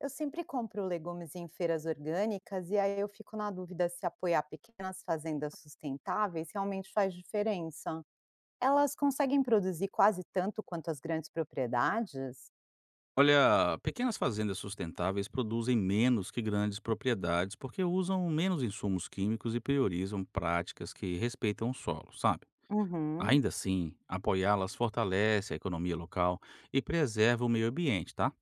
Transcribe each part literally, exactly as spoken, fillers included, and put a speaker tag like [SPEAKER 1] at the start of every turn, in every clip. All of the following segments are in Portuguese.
[SPEAKER 1] Eu sempre compro legumes em feiras orgânicas e aí eu fico na dúvida se apoiar pequenas fazendas sustentáveis realmente faz diferença. Elas conseguem produzir quase tanto quanto as grandes propriedades?
[SPEAKER 2] Olha, pequenas fazendas sustentáveis produzem menos que grandes propriedades porque usam menos insumos químicos e priorizam práticas que respeitam o solo, sabe?
[SPEAKER 1] Uhum,
[SPEAKER 2] Ainda assim, apoiá-las fortalece a economia local e preserva o meio ambiente, tá?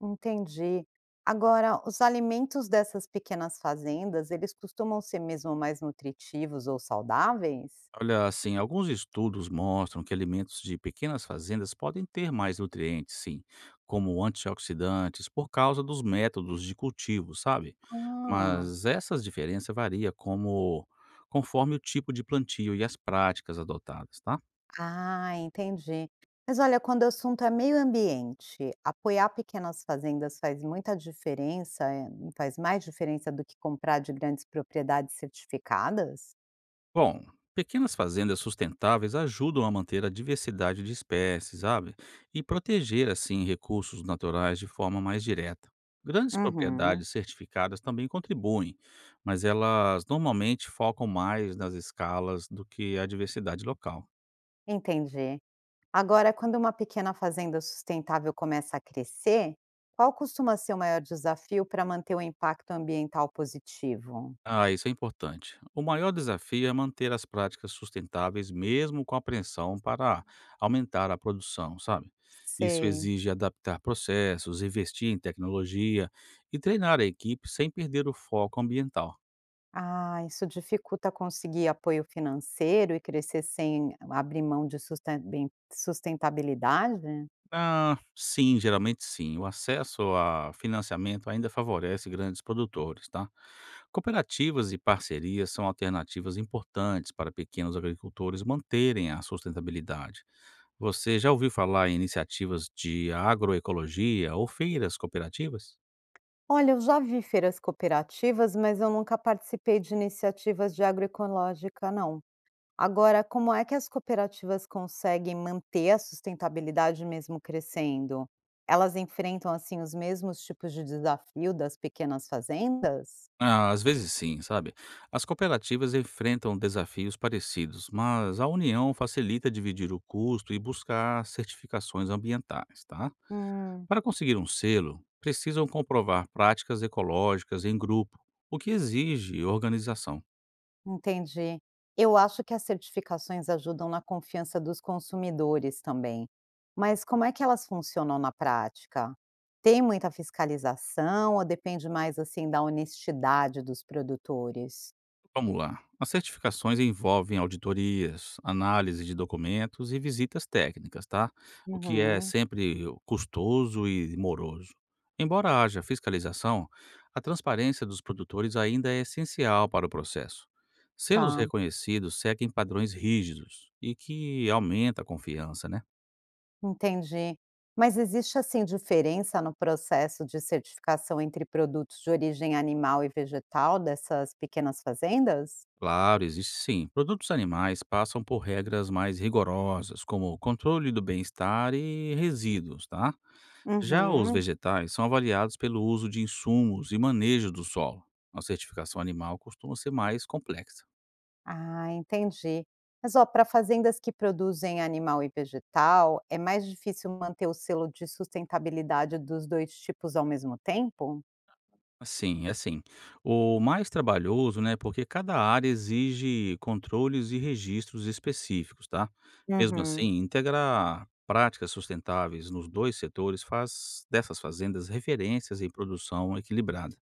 [SPEAKER 1] entendi. Agora, os alimentos dessas pequenas fazendas, eles costumam ser mesmo mais nutritivos ou saudáveis?
[SPEAKER 2] Olha, assim, alguns estudos mostram que alimentos de pequenas fazendas podem ter mais nutrientes, sim, como antioxidantes, por causa dos métodos de cultivo, sabe?
[SPEAKER 1] Ah.
[SPEAKER 2] Mas essas diferenças variam como, conforme o tipo de plantio e as práticas adotadas, tá?
[SPEAKER 1] Ah, entendi. Mas olha, quando o assunto é meio ambiente, apoiar pequenas fazendas faz muita diferença, eh, faz mais diferença do que comprar de grandes propriedades certificadas?
[SPEAKER 2] Bom, pequenas fazendas sustentáveis ajudam a manter a diversidade de espécies, sabe? E proteger, assim, recursos naturais de forma mais direta. Grandes
[SPEAKER 1] Uhum,
[SPEAKER 2] propriedades certificadas também contribuem, mas elas normalmente focam mais nas escalas do que a diversidade local.
[SPEAKER 1] entendi. Agora, quando uma pequena fazenda sustentável começa a crescer, qual costuma ser o maior desafio para manter o impacto ambiental positivo?
[SPEAKER 2] Ah, isso é importante. O maior desafio é manter as práticas sustentáveis, mesmo com a pressão para aumentar a produção, sabe? Isso
[SPEAKER 1] Sei.
[SPEAKER 2] exige adaptar processos, investir em tecnologia e treinar a equipe sem perder o foco ambiental.
[SPEAKER 1] Ah, isso dificulta conseguir apoio financeiro e crescer sem abrir mão de susten- bem- sustentabilidade?
[SPEAKER 2] Ah, sim, geralmente sim. O acesso a financiamento ainda favorece grandes produtores, tá? Cooperativas e parcerias são alternativas importantes para pequenos agricultores manterem a sustentabilidade. Você já ouviu falar em iniciativas de agroecologia ou feiras cooperativas?
[SPEAKER 1] Olha, eu já vi feiras cooperativas, mas eu nunca participei de iniciativas de agroecológica, não. Agora, como é que as cooperativas conseguem manter a sustentabilidade mesmo crescendo? Elas enfrentam assim os mesmos tipos de desafio das pequenas fazendas?
[SPEAKER 2] Ah, às vezes sim, sabe? As cooperativas enfrentam desafios parecidos, mas a união facilita dividir o custo e buscar certificações ambientais, tá?
[SPEAKER 1] Hum.
[SPEAKER 2] Para conseguir um selo, precisam comprovar práticas ecológicas em grupo, o que exige organização.
[SPEAKER 1] Entendi. Eu acho que as certificações ajudam na confiança dos consumidores também. Mas como é que elas funcionam na prática? Tem muita fiscalização ou depende mais assim da honestidade dos produtores?
[SPEAKER 2] Vamos lá. As certificações envolvem auditorias, análise de documentos e visitas técnicas, tá? O que é
[SPEAKER 1] Uhum,
[SPEAKER 2] sempre custoso e moroso. Embora haja fiscalização, a transparência dos produtores ainda é essencial para o processo. Selos
[SPEAKER 1] tá,
[SPEAKER 2] reconhecidos seguem padrões rígidos e que aumenta a confiança, né?
[SPEAKER 1] entendi. Mas existe assim diferença no processo de certificação entre produtos de origem animal e vegetal dessas pequenas fazendas?
[SPEAKER 2] Claro, existe sim. Produtos animais passam por regras mais rigorosas, como controle do bem-estar e resíduos, tá? Já os
[SPEAKER 1] Uhum.
[SPEAKER 2] vegetais são avaliados pelo uso de insumos e manejo do solo. A certificação animal costuma ser mais complexa.
[SPEAKER 1] Ah, entendi. Mas ó, para fazendas que produzem animal e vegetal, é mais difícil manter o selo de sustentabilidade dos dois tipos ao mesmo tempo?
[SPEAKER 2] Assim, é assim, o mais trabalhoso, né, porque cada área exige controles e registros específicos, tá? Mesmo
[SPEAKER 1] Uhum,
[SPEAKER 2] assim, integrar práticas sustentáveis nos dois setores faz dessas fazendas referências em produção equilibrada.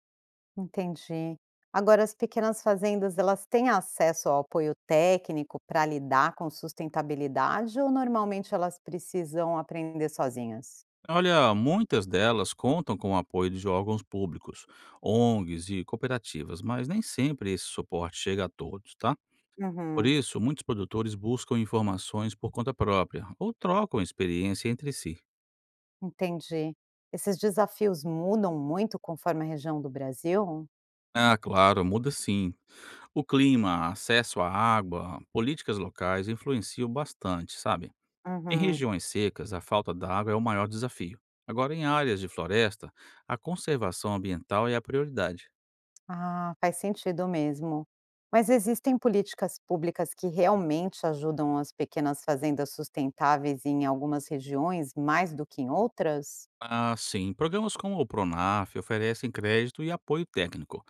[SPEAKER 1] entendi. Agora, as pequenas fazendas, elas têm acesso ao apoio técnico para lidar com sustentabilidade ou normalmente elas precisam aprender sozinhas?
[SPEAKER 2] Olha, muitas delas contam com o apoio de órgãos públicos, O N Gs e cooperativas, mas nem sempre esse suporte chega a todos, tá? Por
[SPEAKER 1] Uhum,
[SPEAKER 2] isso, muitos produtores buscam informações por conta própria ou trocam experiência entre si.
[SPEAKER 1] entendi. Esses desafios mudam muito conforme a região do Brasil?
[SPEAKER 2] Ah, claro, muda sim. O clima, acesso à água, políticas locais influenciam bastante, sabe? Em
[SPEAKER 1] Uhum.
[SPEAKER 2] regiões secas, a falta d'água é o maior desafio. Agora, em áreas de floresta, a conservação ambiental é a prioridade.
[SPEAKER 1] Ah, faz sentido mesmo. Mas existem políticas públicas que realmente ajudam as pequenas fazendas sustentáveis em algumas regiões mais do que em outras?
[SPEAKER 2] Ah, sim, programas como o Pronaf oferecem crédito e apoio técnico,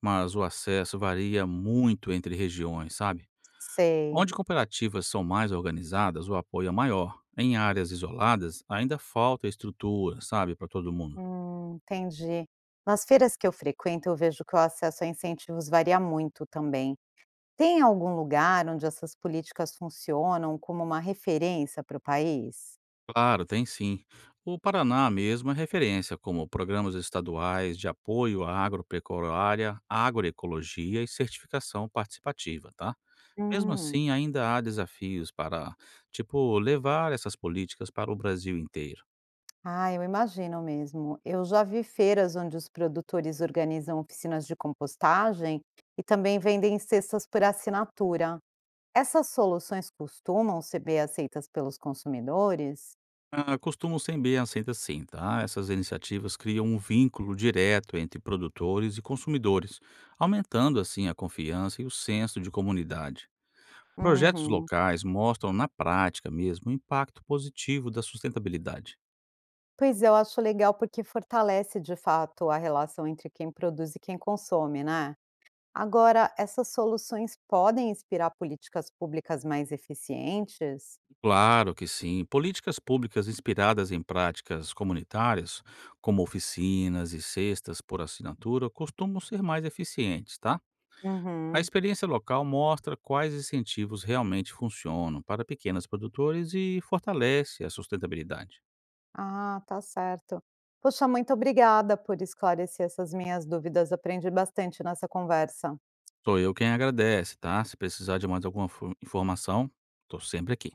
[SPEAKER 2] mas o acesso varia muito entre regiões, sabe?
[SPEAKER 1] Sei.
[SPEAKER 2] Onde cooperativas são mais organizadas, o apoio é maior. Em áreas isoladas, ainda falta estrutura, sabe, para todo mundo.
[SPEAKER 1] Hum, entendi. Nas feiras que eu frequento, eu vejo que o acesso a incentivos varia muito também. Tem algum lugar onde essas políticas funcionam como uma referência para o país?
[SPEAKER 2] Claro, tem sim. O Paraná mesmo é referência, como programas estaduais de apoio à agropecuária, agroecologia e certificação participativa, tá? Mesmo
[SPEAKER 1] Hum.
[SPEAKER 2] assim, ainda há desafios para, tipo, levar essas políticas para o Brasil inteiro.
[SPEAKER 1] Ah, eu imagino mesmo. Eu já vi feiras onde os produtores organizam oficinas de compostagem e também vendem cestas por assinatura. Essas soluções costumam ser bem aceitas pelos consumidores?
[SPEAKER 2] Ah, costumam ser bem aceitas sim, tá? Essas iniciativas criam um vínculo direto entre produtores e consumidores, aumentando assim a confiança e o senso de comunidade. Projetos
[SPEAKER 1] Uhum.
[SPEAKER 2] locais mostram na prática mesmo o impacto positivo da sustentabilidade.
[SPEAKER 1] Pois eu acho legal porque fortalece de fato a relação entre quem produz e quem consome, né? Agora, essas soluções podem inspirar políticas públicas mais eficientes?
[SPEAKER 2] Claro que sim, políticas públicas inspiradas em práticas comunitárias, como oficinas e cestas por assinatura, costumam ser mais eficientes, tá? A
[SPEAKER 1] Uhum.
[SPEAKER 2] experiência local mostra quais incentivos realmente funcionam para pequenos produtores e fortalece a sustentabilidade.
[SPEAKER 1] Ah, tá certo. Poxa, muito obrigada por esclarecer essas minhas dúvidas. Aprendi bastante nessa conversa.
[SPEAKER 2] Sou eu quem agradece, tá? Se precisar de mais alguma fu- informação, estou sempre aqui.